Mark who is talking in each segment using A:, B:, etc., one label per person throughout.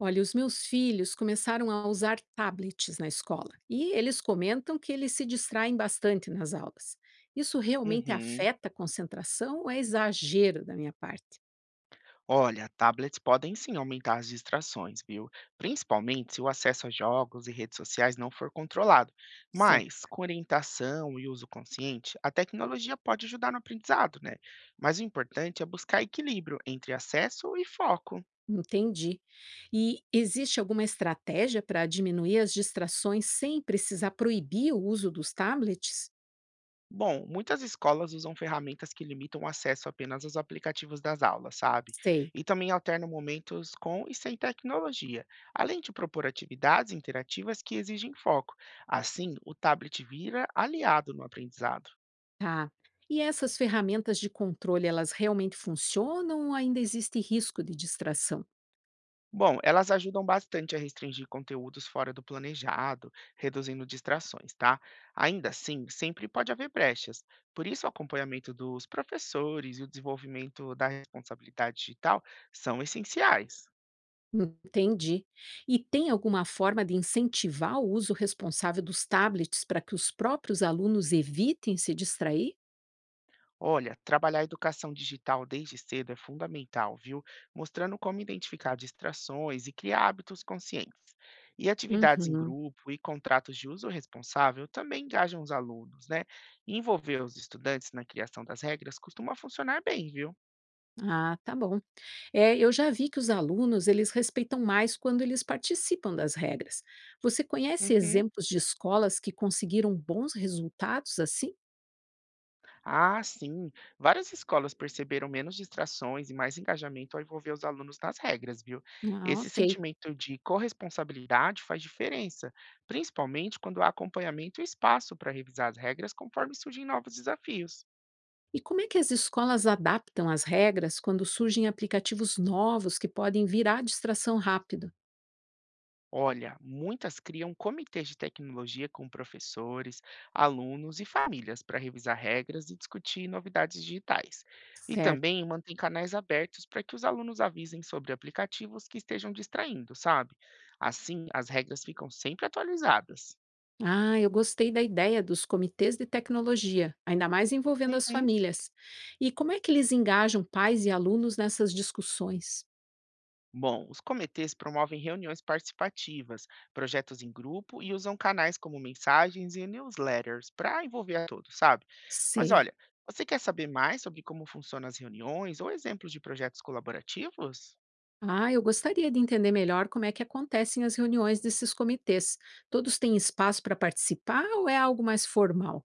A: Olha, os meus filhos começaram a usar tablets na escola e eles comentam que eles se distraem bastante nas aulas. Isso realmente
B: Uhum.
A: afeta a concentração ou é exagero da minha parte?
B: Olha, tablets podem sim aumentar as distrações, viu? Principalmente se o acesso a jogos e redes sociais não for controlado.
A: Certo.
B: Mas, com orientação e uso consciente, a tecnologia pode ajudar no aprendizado, né? Mas o importante é buscar equilíbrio entre acesso e foco.
A: Entendi. E existe alguma estratégia para diminuir as distrações sem precisar proibir o uso dos tablets?
B: Bom, muitas escolas usam ferramentas que limitam o acesso apenas aos aplicativos das aulas, sabe?
A: Sei,
B: E também alternam momentos com e sem tecnologia, além de propor atividades interativas que exigem foco. Assim, o tablet vira aliado no aprendizado.
A: tá. E essas ferramentas de controle, elas realmente funcionam ou ainda existe risco de distração?
B: Bom, elas ajudam bastante a restringir conteúdos fora do planejado, reduzindo distrações, tá? Ainda assim, sempre pode haver brechas. Por isso, o acompanhamento dos professores e o desenvolvimento da responsabilidade digital são essenciais.
A: Entendi. E tem alguma forma de incentivar o uso responsável dos tablets para que os próprios alunos evitem se distrair?
B: Olha, trabalhar a educação digital desde cedo é fundamental, viu? Mostrando como identificar distrações e criar hábitos conscientes. E atividades em
A: Uhum.
B: grupo e contratos de uso responsável também engajam os alunos, né? Envolver os estudantes na criação das regras costuma funcionar bem, viu?
A: Ah, tá bom. É, eu já vi que os alunos, eles respeitam mais quando eles participam das regras. Você conhece
B: Uhum.
A: exemplos de escolas que conseguiram bons resultados assim?
B: Ah, sim. Várias escolas perceberam menos distrações e mais engajamento ao envolver os alunos nas regras, viu?
A: Ah,
B: Esse
A: ok.
B: sentimento de corresponsabilidade faz diferença, principalmente quando há acompanhamento e espaço para revisar as regras conforme surgem novos desafios.
A: E como é que as escolas adaptam as regras quando surgem aplicativos novos que podem virar distração rápido?
B: Olha, muitas criam comitês de tecnologia com professores, alunos e famílias para revisar regras e discutir novidades digitais. E
A: Certo.
B: também mantém canais abertos para que os alunos avisem sobre aplicativos que estejam distraindo, sabe? Assim, as regras ficam sempre atualizadas.
A: Ah, eu gostei da ideia dos comitês de tecnologia, ainda mais envolvendo as
B: Uhum.
A: famílias. E como é que eles engajam pais e alunos nessas discussões?
B: Bom, os comitês promovem reuniões participativas, projetos em grupo e usam canais como mensagens e newsletters para envolver a todos, sabe? Mas
A: Sei.
B: olha, você quer saber mais sobre como funcionam as reuniões ou exemplos de projetos colaborativos?
A: Ah, eu gostaria de entender melhor como é que acontecem as reuniões desses comitês. Todos têm espaço para participar ou é algo mais formal?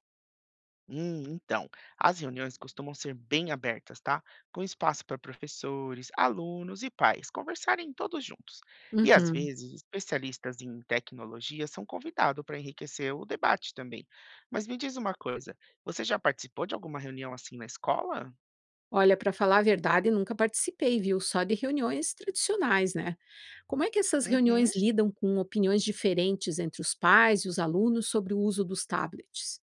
B: Então, as reuniões costumam ser bem abertas, tá? Com espaço para professores, alunos e pais conversarem todos juntos. E às
A: Uhum.
B: vezes, especialistas em tecnologia são convidados para enriquecer o debate também. Mas me diz uma coisa, você já participou de alguma reunião assim na escola?
A: Olha, para falar a verdade, nunca participei, viu? Só de reuniões tradicionais, né? Como é que essas
B: Uhum.
A: reuniões lidam com opiniões diferentes entre os pais e os alunos sobre o uso dos tablets?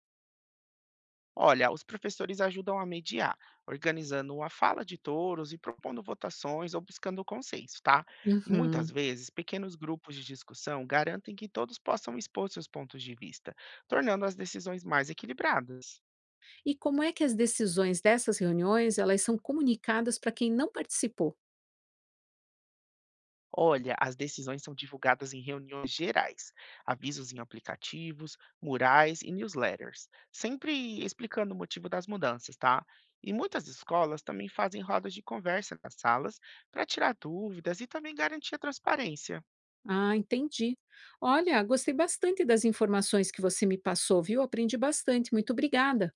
B: Olha, os professores ajudam a mediar, organizando a fala de touros e propondo votações ou buscando consenso, tá? E muitas
A: Uhum.
B: vezes, pequenos grupos de discussão garantem que todos possam expor seus pontos de vista, tornando as decisões mais equilibradas.
A: E como é que as decisões dessas reuniões, elas são comunicadas para quem não participou?
B: Olha, as decisões são divulgadas em reuniões gerais, avisos em aplicativos, murais e newsletters, sempre explicando o motivo das mudanças, tá? E muitas escolas também fazem rodas de conversa nas salas para tirar dúvidas e também garantir a transparência.
A: Ah, entendi. Olha, gostei bastante das informações que você me passou, viu? Aprendi bastante. Muito obrigada.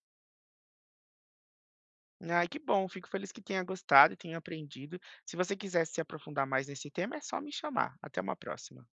B: Ai, que bom, fico feliz que tenha gostado e tenha aprendido. Se você quiser se aprofundar mais nesse tema, é só me chamar. Até uma próxima.